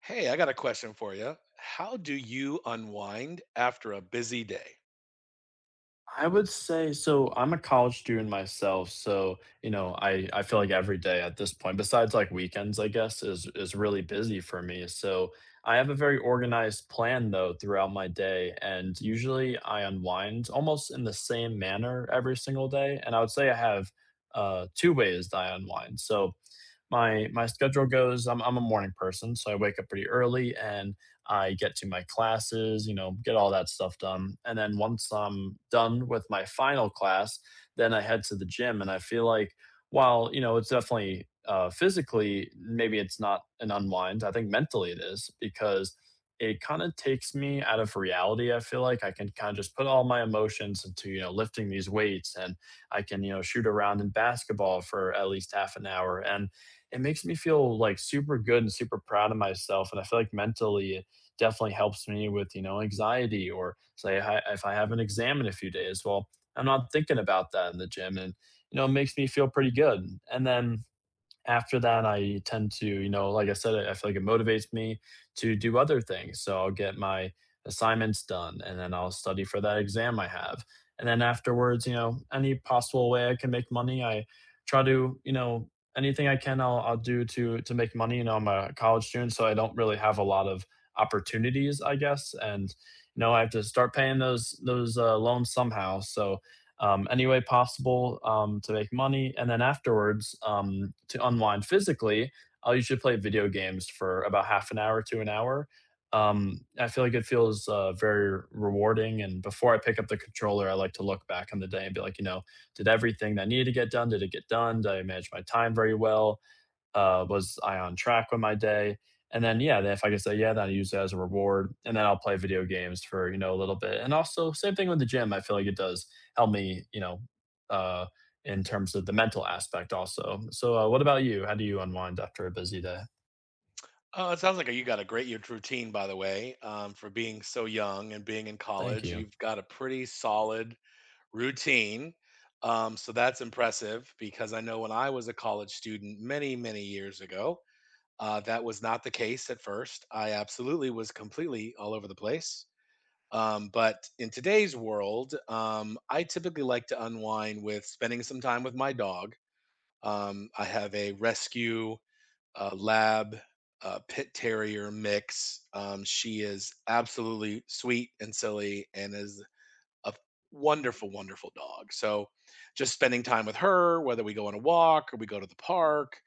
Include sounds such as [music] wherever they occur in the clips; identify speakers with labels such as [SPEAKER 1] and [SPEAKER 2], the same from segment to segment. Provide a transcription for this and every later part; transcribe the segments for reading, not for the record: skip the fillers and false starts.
[SPEAKER 1] Hey, I got a question for you. How do you unwind after a busy day?
[SPEAKER 2] I would say I'm a college student myself, so, you know, I feel like every day at this point, besides, like, weekends, I guess, is really busy for me, so I have a very organized plan, though, throughout my day, and usually I unwind almost in the same manner every single day, and I would say I have, 2 ways that I unwind. So my schedule goes, I'm a morning person, so I wake up pretty early and I get to my classes, you know, get all that stuff done. And then once I'm done with my final class, then I head to the gym. And I feel like while, you know, it's definitely physically, maybe it's not an unwind. I think mentally it is because it kind of takes me out of reality. I feel like I can kind of just put all my emotions into, you know, lifting these weights. And I can, you know, shoot around in basketball for at least half an hour. And it makes me feel like super good and super proud of myself. And I feel like mentally it definitely helps me with, you know, anxiety. Or say I, if I have an exam in a few days, well, I'm not thinking about that in the gym. And, you know, it makes me feel pretty good. And then after that I tend to, you know, like I said, I feel like it motivates me to do other things, so I'll get my assignments done, and then I'll study for that exam I have. And then afterwards, you know, any possible way I can make money, I try to, you know, anything I can I'll do to make money. You know, I'm a college student, so I don't really have a lot of opportunities, I guess. And you know, I have to start paying those loans somehow. So any way possible, to make money. And then afterwards, to unwind physically, I'll usually play video games for about half an hour to an hour. I feel like it feels very rewarding. And before I pick up the controller, I like to look back on the day and be like, you know, did everything that needed to get done? Did it get done? Did I manage my time very well? Was I on track with my day? And then, yeah, then if I can say, yeah, then I use it as a reward. And then I'll play video games for, you know, a little bit. And also, same thing with the gym. I feel like it does help me, you know, uh, in terms of the mental aspect also. So, what about you? How do you unwind after a busy day?
[SPEAKER 1] Oh, it sounds like you got a great your routine, by the way. For being so young and being in
[SPEAKER 2] Thank
[SPEAKER 1] college,
[SPEAKER 2] you.
[SPEAKER 1] you've got a pretty solid routine. So that's impressive because I know when I was a college student many, many years ago, that was not the case at first. I absolutely was completely all over the place. But in today's world, I typically like to unwind with spending some time with my dog. I have a rescue lab pit terrier mix. She is absolutely sweet and silly and is a wonderful, wonderful dog. So just spending time with her, whether we go on a walk or we go to the park,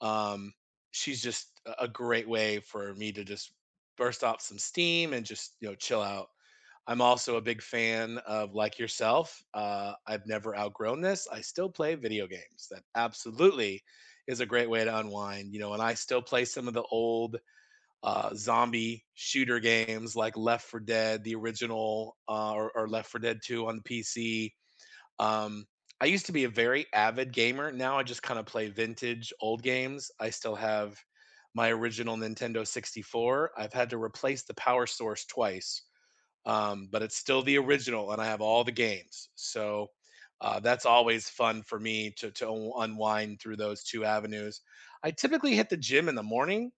[SPEAKER 1] um, she's just a great way for me to just burst off some steam and just chill out. I'm also a big fan of, like yourself, I've never outgrown this. I still play video games. That absolutely is a great way to unwind, you know, and I still play some of the old, zombie shooter games like Left 4 Dead, the original, or Left 4 Dead 2 on the PC. Um, I used to be a very avid gamer. Now I just kinda play vintage old games. I still have my original Nintendo 64. I've had to replace the power source twice, but it's still the original, and I have all the games. So that's always fun for me to unwind through those two avenues. I typically hit the gym in the morning,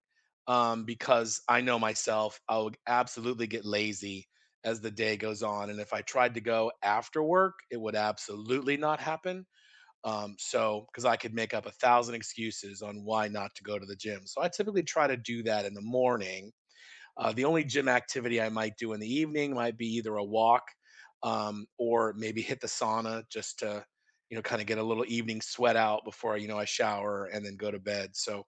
[SPEAKER 1] because I know myself. I will absolutely get lazy as the day goes on, and if I tried to go after work, it would absolutely not happen. So because I could make up a thousand excuses on why not to go to the gym. So I typically try to do that in the morning. The only gym activity I might do in the evening might be either a walk, or maybe hit the sauna just to, you know, kind of get a little evening sweat out before, you know, I shower and then go to bed. So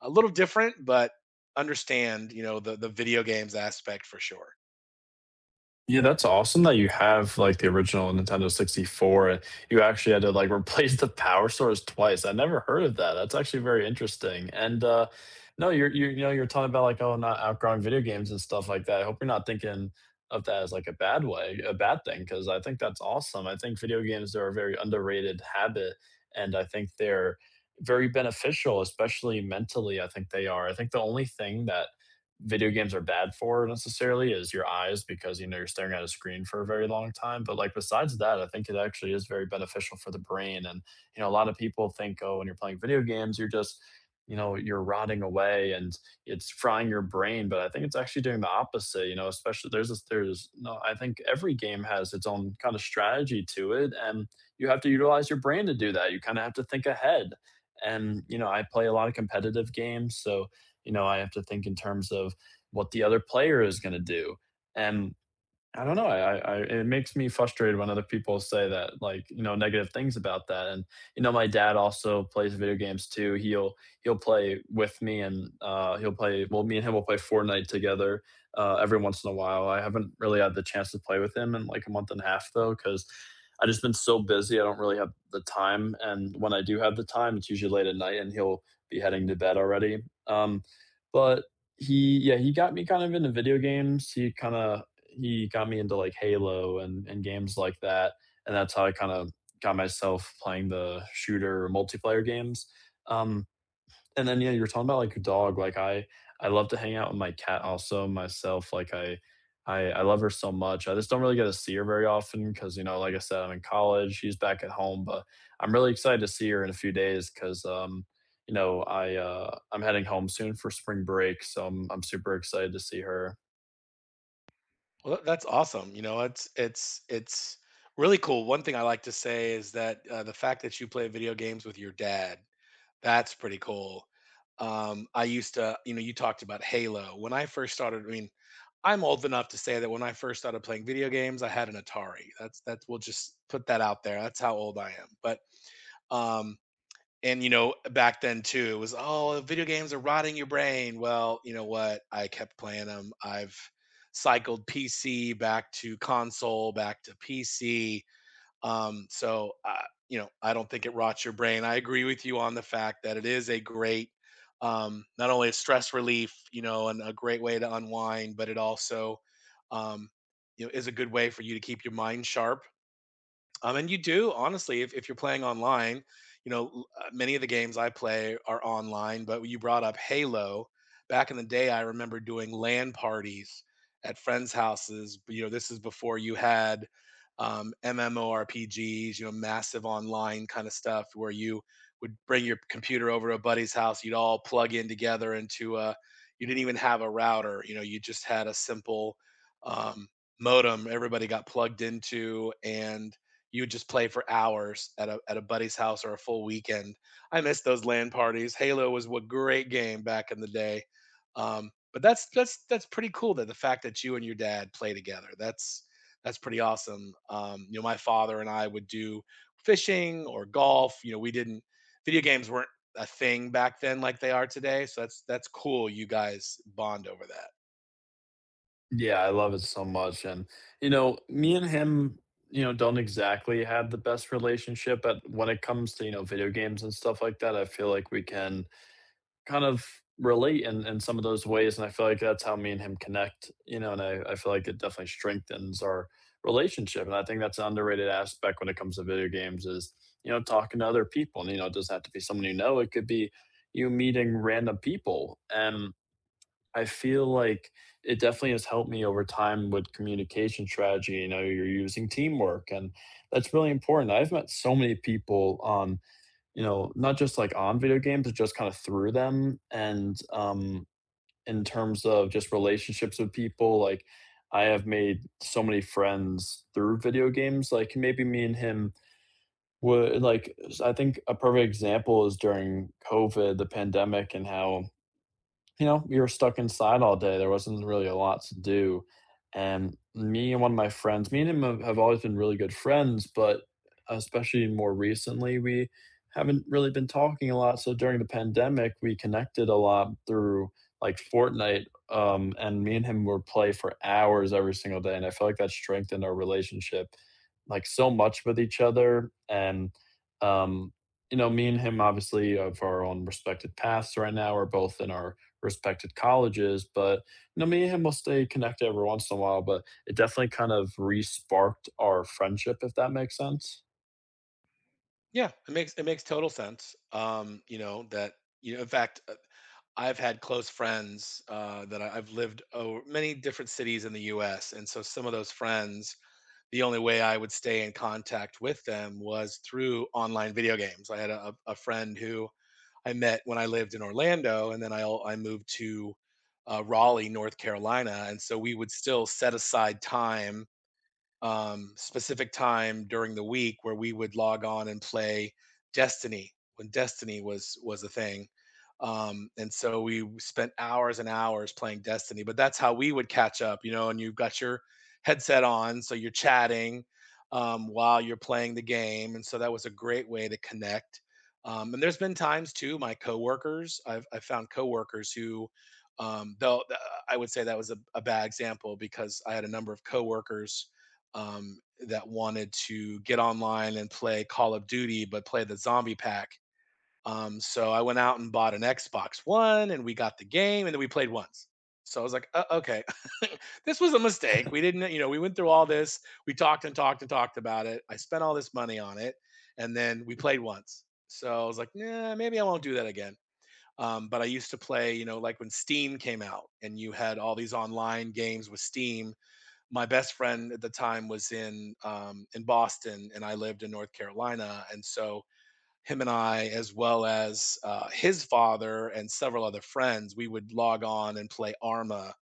[SPEAKER 1] a little different, but understand, you know, the video games aspect for sure.
[SPEAKER 2] Yeah, that's awesome that you have like the original Nintendo 64. You actually had to like [laughs] replace the power source twice. I never heard of that. That's actually very interesting. And no, you're you know, you're talking about like, oh, not outgrowing video games and stuff like that. I hope you're not thinking of that as like a bad way, a bad thing, because I think that's awesome. I think video games are a very underrated habit, and I think they're very beneficial, especially mentally. I think they are. I think the only thing that video games are bad for necessarily is your eyes, because you know, you're staring at a screen for a very long time. But like, besides that, I think it actually is very beneficial for the brain. And you know, a lot of people think, oh, when you're playing video games, you're just, you know, you're rotting away and it's frying your brain, but I think it's actually doing the opposite. You know, especially there's this, there's no, I think every game has its own kind of strategy to it, and you have to utilize your brain to do that. You kind of have to think ahead. And you know, I play a lot of competitive games, so you know, I have to think in terms of what the other player is going to do. And I don't know. It makes me frustrated when other people say that, like, you know, negative things about that. And you know, my dad also plays video games too. He'll play with me, and he'll play. Well, me and him will play Fortnite together every once in a while. I haven't really had the chance to play with him in like a month and a half though, because I just been so busy. I don't really have the time, and when I do have the time, it's usually late at night, and he'll be heading to bed already. But he, yeah, he got me kind of into video games. He kind of He got me into like Halo, and games like that. And that's how I kind of got myself playing the shooter multiplayer games. Um, and then yeah, you were talking about like your dog. I love to hang out with my cat also myself. I love her so much. I just don't really get to see her very often because, you know, like I said, I'm in college. She's back at home. But I'm really excited to see her in a few days because, you know, I'm heading home soon for spring break, so I'm super excited to see her.
[SPEAKER 1] Well, that's awesome. You know, it's really cool. One thing I like to say is that the fact that you play video games with your dad, that's pretty cool. I used to, you know, you talked about Halo. When I first started, I mean, I'm old enough to say that when I first started playing video games, I had an Atari. That's we'll just put that out there. That's how old I am. But um and you know back then too it was, oh, video games are rotting your brain. Well, you know what? I kept playing them. I've cycled PC back to console, back to PC. Um, so, uh, you know, I don't think it rots your brain. I agree with you on the fact that it is a great, not only a stress relief, you know, and a great way to unwind, but it also, um, you know, is a good way for you to keep your mind sharp, and you do honestly, if you're playing online, you know many of the games I play are online. But you brought up Halo. Back in the day, I remember doing LAN parties at friends' houses. You know, this is before you had, MMORPGs. You know, massive online kind of stuff where you would bring your computer over to a buddy's house. You'd all plug in together into a. You didn't even have a router. You know, you just had a simple, um, modem everybody got plugged into, and you would just play for hours at a buddy's house or a full weekend. I miss those LAN parties. Halo was a great game back in the day. But that's pretty cool that the fact that you and your dad play together. That's pretty awesome. You know, my father and I would do fishing or golf. You know, we didn't video games weren't a thing back then like they are today. So that's cool you guys bond over that.
[SPEAKER 2] Yeah, I love it so much. And, you know, me and him, you know, don't exactly have the best relationship, but when it comes to, you know, video games and stuff like that, I feel like we can kind of relate in some of those ways, and I feel like that's how me and him connect, you know. And I feel like it definitely strengthens our relationship. And I think that's an underrated aspect when it comes to video games is, you know, talking to other people. And, you know, it doesn't have to be someone you know, it could be you meeting random people. And I feel like it definitely has helped me over time with communication strategy. You know, you're using teamwork, and that's really important. I've met so many people on, you know, not just like on video games, but just kind of through them. And in terms of just relationships with people, like I have made so many friends through video games. Like maybe me and him would I think a perfect example is during COVID, the pandemic, and how, you know, we were stuck inside all day. There wasn't really a lot to do. And me and one of my friends, me and him have always been really good friends, but especially more recently, we haven't really been talking a lot. So during the pandemic, we connected a lot through like Fortnite. And me and him would play for hours every single day. And I feel like that strengthened our relationship like so much with each other. And, um, you know, me and him obviously of our own respected paths right now, we're both in our respected colleges. But you know, me and him will stay connected every once in a while. But it definitely kind of re-sparked our friendship, if that makes sense.
[SPEAKER 1] Yeah, it makes total sense. You know that you know. In fact, I've had close friends that I've lived over many different cities in the U.S., and so some of those friends, the only way I would stay in contact with them was through online video games. I had a friend who I met when I lived in Orlando, and then I moved to Raleigh, North Carolina, and so we would still set aside time, specific time during the week where we would log on and play Destiny when Destiny was a thing. And so we spent hours and hours playing Destiny, but that's how we would catch up, you know. And you've got your headset on, so you're chatting, while you're playing the game, and so that was a great way to connect. And there's been times too, my coworkers, I found coworkers who, um, though th- I would say that was a bad example because I had a number of coworkers, um, that wanted to get online and play Call of Duty, but play the zombie pack. So I went out and bought an Xbox One, and we got the game, and then we played once. So I was like, okay, [laughs] this was a mistake. We didn't, you know, we went through all this. We talked and talked and talked about it. I spent all this money on it, and then we played once. So I was like, nah, maybe I won't do that again. But I used to play, you know, like when Steam came out, and you had all these online games with Steam my best friend at the time was in Boston, and I lived in North Carolina, and so him and I, as well as his father and several other friends, we would log on and play Arma.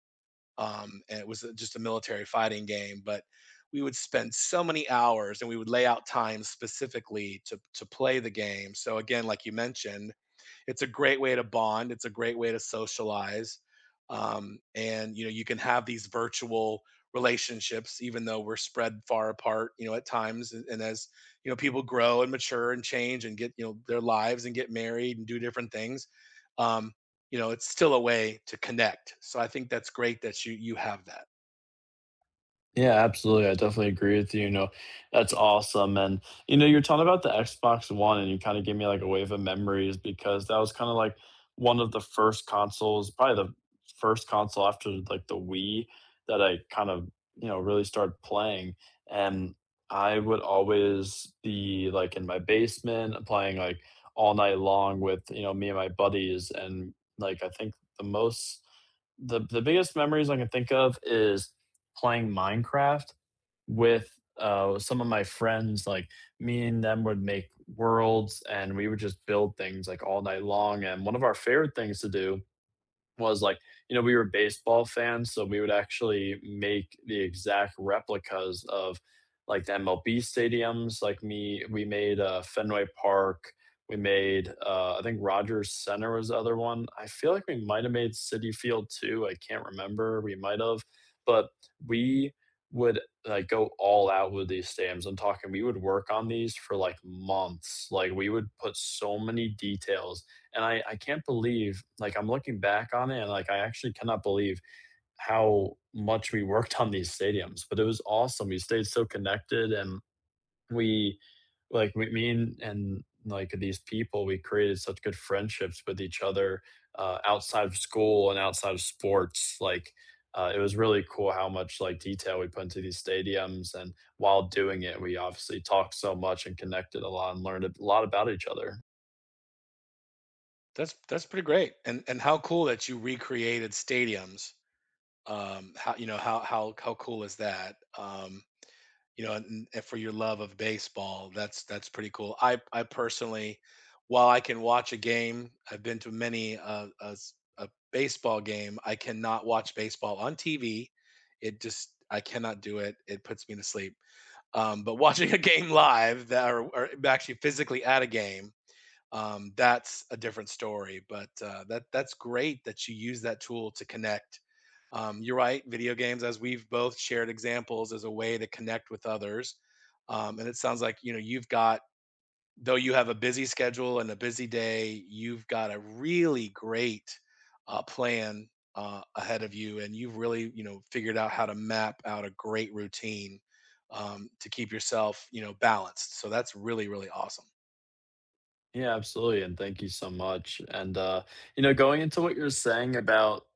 [SPEAKER 1] And it was just a military fighting game, but we would spend so many hours, and we would lay out times specifically to play the game. So again, like you mentioned, it's a great way to bond. It's a great way to socialize. And you know, you can have these virtual relationships, even though we're spread far apart, you know, at times. And as you know, people grow and mature and change and get, you know, their lives and get married and do different things. Um, you know, it's still a way to connect. So I think that's great that you have that.
[SPEAKER 2] Yeah, absolutely. I definitely agree with you, you know, that's awesome. And, you know, you're talking about the Xbox One, and you kinda gave me, like, a wave of memories because that was kinda, like, one of the first consoles, probably the first console after, like, the Wii, that I kind of, you know, really started playing. And I would always be, like, in my basement playing, like, all night long with, you know, me and my buddies. And, like, I think the biggest memories I can think of is playing Minecraft with some of my friends. Like me and them would make worlds, and we would just build things like all night long. And one of our favorite things to do was like, you know, we were baseball fans, so we would actually make the exact replicas of like the MLB stadiums. Like me, we made Fenway Park. We made, I think Rogers Center was the other one. I feel like we might have made City Field too. I can't remember. We might have, but we would like go all out with these stadiums. I'm talking, we would work on these for like months. Like we would put so many details. And I can't believe, like, I'm looking back on it, and, like, I actually cannot believe how much we worked on these stadiums. But it was awesome. We stayed so connected, and we like, we me and, like, these people, we created such good friendships with each other, outside of school and outside of sports. Like, it was really cool how much, like, detail we put into these stadiums. And while doing it, we obviously talked so much and connected a lot and learned a lot about each other.
[SPEAKER 1] That's pretty great. And how cool that you recreated stadiums. How you know how cool is that? You know, and for your love of baseball, that's pretty cool. I personally, while I can watch a game, I've been to many a baseball game. I cannot watch baseball on TV. It just I cannot do it. It puts me to sleep. But [laughs] watching a game live, that or actually physically at a game, that's a different story. But that that's great that you use that tool to connect. You're right. Video games, as we've both shared examples, is a way to connect with others. And it sounds like you know you've got, though you have a busy schedule and a busy day, you've got a really great plan ahead of you, and you've really you know figured out how to map out a great routine, to keep yourself you know balanced. So that's really really awesome.
[SPEAKER 2] Yeah, absolutely, and thank you so much. And, you know, going into what you're saying about,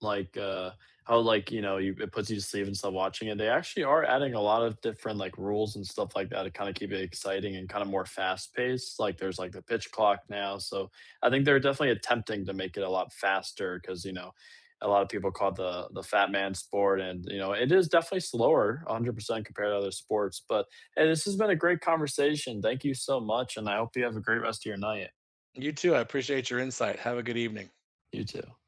[SPEAKER 2] like, how, like, you know, you, it puts you to sleep and stuff watching it, they actually are adding a lot of different, like, rules and stuff like that to kinda keep it exciting and kinda more fast-paced. Like, there's, like, the pitch clock now, so I think they're definitely attempting to make it a lot faster because, you know, a lot of people call it the fat man sport. And, you know, it is definitely slower 100% compared to other sports. But hey, this has been a great conversation. Thank you so much, and I hope you have a great rest of your night.
[SPEAKER 1] You too. I appreciate your insight. Have a good evening.
[SPEAKER 2] You too.